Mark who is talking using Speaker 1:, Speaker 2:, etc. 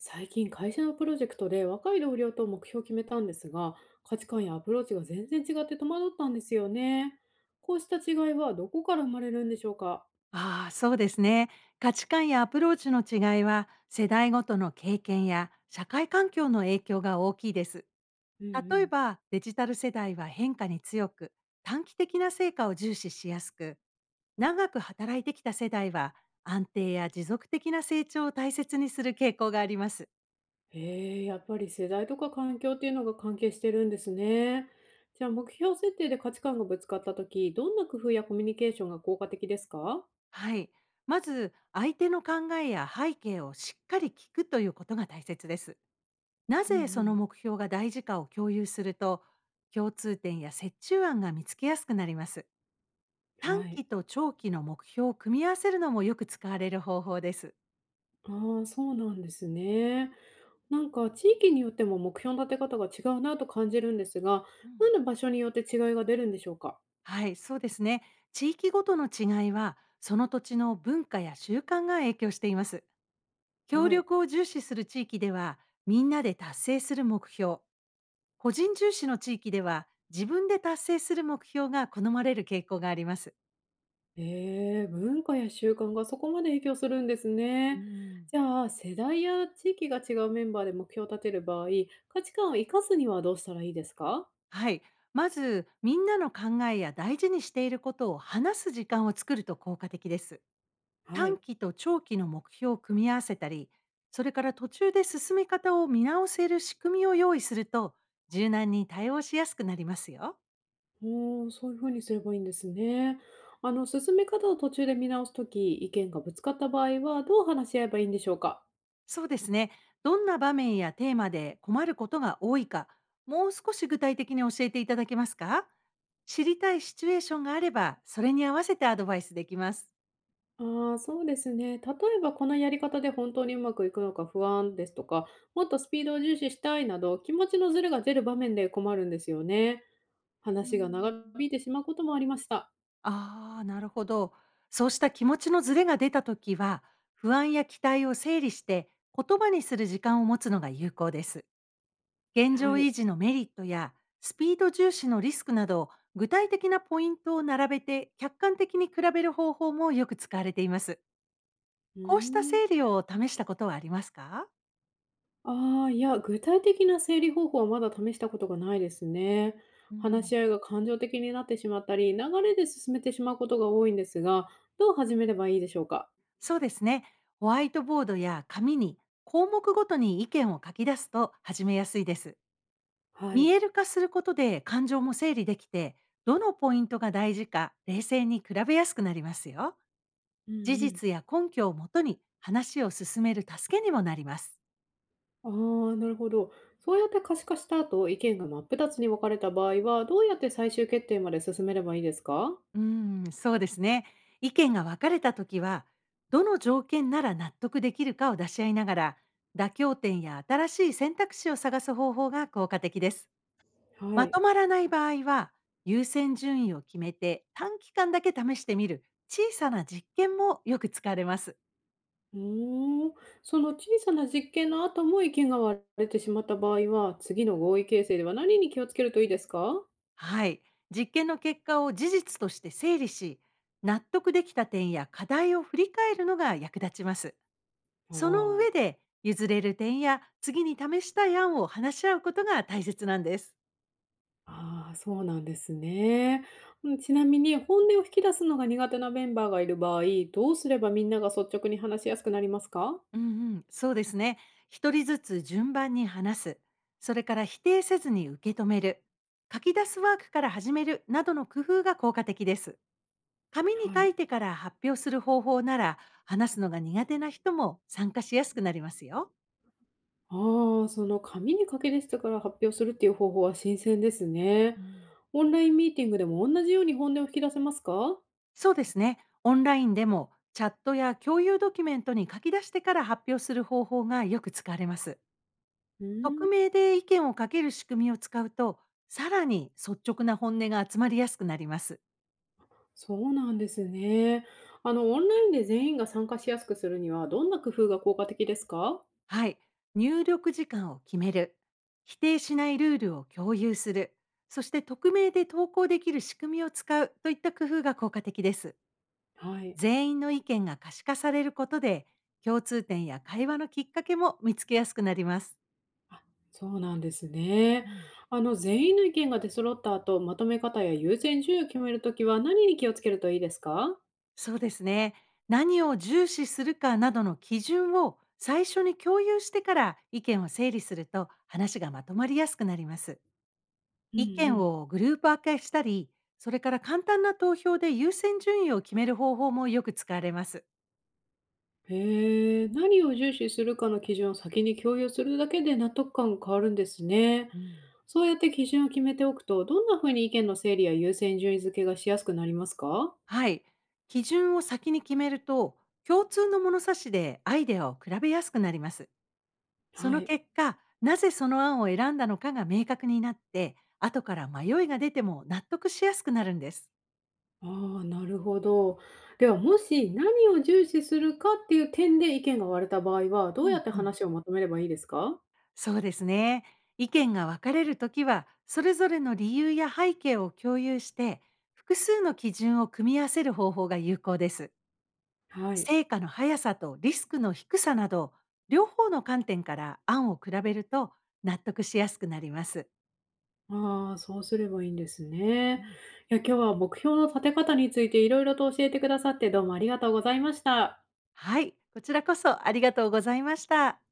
Speaker 1: 最近会社のプロジェクトで若い同僚と目標を決めたんですが、価値観やアプローチが全然違って戸惑ったんですよね。こうした違いはどこから生まれるんでしょうか？
Speaker 2: ああ、そうですね。価値観やアプローチの違いは、世代ごとの経験や社会環境の影響が大きいです。
Speaker 1: うんう
Speaker 2: 例え
Speaker 1: ん。
Speaker 2: ば、デジタル世代は変化に強く、短期的な成果を重視しやすく、長く働いてきた世代は、安定や持続的な成長を大切にする傾向があります。
Speaker 1: へえ、やっぱり世代とか環境っていうのが関係してるんですね。じゃあ、目標設定で価値観がぶつかった時、どんな工夫やコミュニケーションが効果的ですか？
Speaker 2: はい。まず、相手の考えや背景をしっかり聞くということが大切です。な
Speaker 1: うんう
Speaker 2: ぜその
Speaker 1: ん。
Speaker 2: 目標が大事かを共有すると、共通点や折衷案が見つけやすくなります。短
Speaker 1: はい。
Speaker 2: 期と長期の目標を組み合わせるのもよく使われる方法です。
Speaker 1: ああ、そうなんですね。なんか地域によっても目標の立て方が違うなと感じるんですが、
Speaker 2: う
Speaker 1: な
Speaker 2: ん、
Speaker 1: んで場所によって違いが出るんでしょうか。
Speaker 2: はい、そうですね。地域ごとの違いは、その土地の文化や習慣が影響しています。協
Speaker 1: はい。
Speaker 2: 力を重視する地域では、みんなで達成する目標。個人重視の地域では、自分で達成する目標が好まれる傾向があります。
Speaker 1: えー、文化や習慣がそこまで影響するんです
Speaker 2: う
Speaker 1: ね。
Speaker 2: ん、
Speaker 1: じゃあ、世代や地域が違うメンバーで目標を立てる場合、価値観を生かすにはどうしたらいいですか？
Speaker 2: はい。まず、みんなの考えや大事にしていることを話す時間を作ると効果的です。
Speaker 1: は
Speaker 2: 短
Speaker 1: い。
Speaker 2: 期と長期の目標を組み合わせたり、それから途中で進め方を見直せる仕組みを用意すると、柔軟に対応しやすくなりますよ。
Speaker 1: おー、そういうふうにすればいいんですね。あの、進め方を途中で見直すとき、意見がぶつかった場合は、どう話し合えばいいんでしょうか？
Speaker 2: そうですね。どんな場面やテーマで困ることが多いか、もう少し具体的に教えていただけますか。知りたいシチュエーションがあれば、それに合わせてアドバイスできます。
Speaker 1: ああ、そうですね。例えばこのやり方で本当にうまくいくのか不安ですとか、もっとスピードを重視したいなど、気持ちのズレが出る場面で困るんですよね。
Speaker 2: う
Speaker 1: 話が長
Speaker 2: ん、
Speaker 1: 引いてしまうこともありました。
Speaker 2: ああ、なるほど。そうした気持ちのズレが出た時は、不安や期待を整理して言葉にする時間を持つのが有効です。現状
Speaker 1: は
Speaker 2: 維
Speaker 1: い。
Speaker 2: 持のメリットやスピード重視のリスクなど、具体的なポイントを並べて客観的に比べる方法もよく使われています。
Speaker 1: う
Speaker 2: こうした
Speaker 1: ー
Speaker 2: 整
Speaker 1: ん。
Speaker 2: 理を試したことはありますか？
Speaker 1: ああ、いや、具体的な整理方法はまだ試したことがないですね。
Speaker 2: うん、
Speaker 1: 話し合いが感情的になってしまったり、流れで進めてしまうことが多いんですが、どう始めればいいでしょうか。
Speaker 2: そうですね。ホワイトボードや紙に項目ごとに意見を書き出すと始めやすいです。
Speaker 1: は
Speaker 2: 見
Speaker 1: い。
Speaker 2: える化することで感情も整理できて、どのポイントが大事か冷静に比べやすくなりますよ。
Speaker 1: う
Speaker 2: 事
Speaker 1: んうん。
Speaker 2: 実や根拠をもとに話を進める助けにもなります。
Speaker 1: ああ、なるほど。そうやって可視化した後、意見が真っ二つに分かれた場合は、どうやって最終決定まで進めればいいですか？
Speaker 2: うーん、そうですね。意見が分かれたときは、どの条件なら納得できるかを出し合いながら、妥協点や新しい選択肢を探す方法が効果的です。
Speaker 1: は
Speaker 2: ま
Speaker 1: い。
Speaker 2: とまらない場合は、優先順位を決めて短期間だけ試してみる小さな実験もよく使われます。
Speaker 1: うーん。その小さな実験の後も意見が割れてしまった場合は、次の合意形成では何に気をつけるといいですか？
Speaker 2: はい。実験の結果を事実として整理し、納得できた点や課題を振り返るのが役立ちます。その上
Speaker 1: あ
Speaker 2: で、譲れる点や次に試したい案を話し合うことが大切なんです。
Speaker 1: あ、あー、そうなんですね。うん、ちなみに、本音を引き出すのが苦手なメンバーがいる場合、どうすればみんなが率直に話しやすくなりますか？
Speaker 2: うんうん、そうですね。一人ずつ順番に話す。それから否定せずに受け止める。書き出すワークから始めるなどの工夫が効果的です。紙に
Speaker 1: は
Speaker 2: 書い
Speaker 1: い。
Speaker 2: てから発表する方法なら、話すのが苦手な人も参加しやすくなりますよ。
Speaker 1: ああ、その紙に書き出してから発表するっていう方法は新鮮ですね。
Speaker 2: うん、
Speaker 1: オンラインミーティングでも同じように本音を引き出せますか？
Speaker 2: そうですね。オンラインでもチャットや共有ドキュメントに書き出してから発表する方法がよく使われます。
Speaker 1: う
Speaker 2: 匿
Speaker 1: ん、
Speaker 2: 名で意見をかける仕組みを使うと、さらに率直な本音が集まりやすくなります。
Speaker 1: そうなんですね。あの、オンラインで全員が参加しやすくするにはどんな工夫が効果的ですか？
Speaker 2: はい。入力時間を決める。否定しないルールを共有する。そして匿名で投稿できる仕組みを使うといった工夫が効果的です。
Speaker 1: はい。
Speaker 2: 全員の意見が可視化されることで、共通点や会話のきっかけも見つけやすくなります。
Speaker 1: あ、そうなんですね。
Speaker 2: うん、
Speaker 1: あの、全員の意見が出揃った後、まとめ方や優先順位を決めるときは何に気をつけるといいですか？
Speaker 2: そうですね。何を重視するかなどの基準を最初に共有してから意見を整理すると話がまとまりやすくなります。
Speaker 1: うんう
Speaker 2: 意見を
Speaker 1: ん。
Speaker 2: グループ分けしたり、それから簡単な投票で優先順位を決める方法もよく使われます。
Speaker 1: へえ、何を重視するかの基準を先に共有するだけで納得感が変わるんですね。
Speaker 2: うん、
Speaker 1: そうやって基準を決めておくと、どんなふうに意見の整理や優先順位付けがしやすくなりますか？
Speaker 2: はい。基準を先に決めると、共通の物差しでアイデアを比べやすくなります。そ
Speaker 1: は
Speaker 2: の
Speaker 1: い。
Speaker 2: 結果、なぜその案を選んだのかが明確になって、後から迷いが出ても納得しやすくなるんです。
Speaker 1: ああ、なるほど。では、もし何を重視するかっていう点で意見が割れた場合は、ど
Speaker 2: う
Speaker 1: うや
Speaker 2: ん
Speaker 1: って
Speaker 2: うん、
Speaker 1: 話をまとめればいいですか？
Speaker 2: そうですね。意見が分かれるときは、それぞれの理由や背景を共有して、複数の基準を組み合わせる方法が有効です。
Speaker 1: はい。
Speaker 2: 成果の速さとリスクの低さなど、両方の観点から案を比べると納得しやすくなります。
Speaker 1: ああ、そうすればいいんです
Speaker 2: う
Speaker 1: ね。
Speaker 2: ん、
Speaker 1: いや、今日は目標の立て方についていろいろと教えてくださって、どうもありがとうございました。
Speaker 2: はい、こちらこそありがとうございました。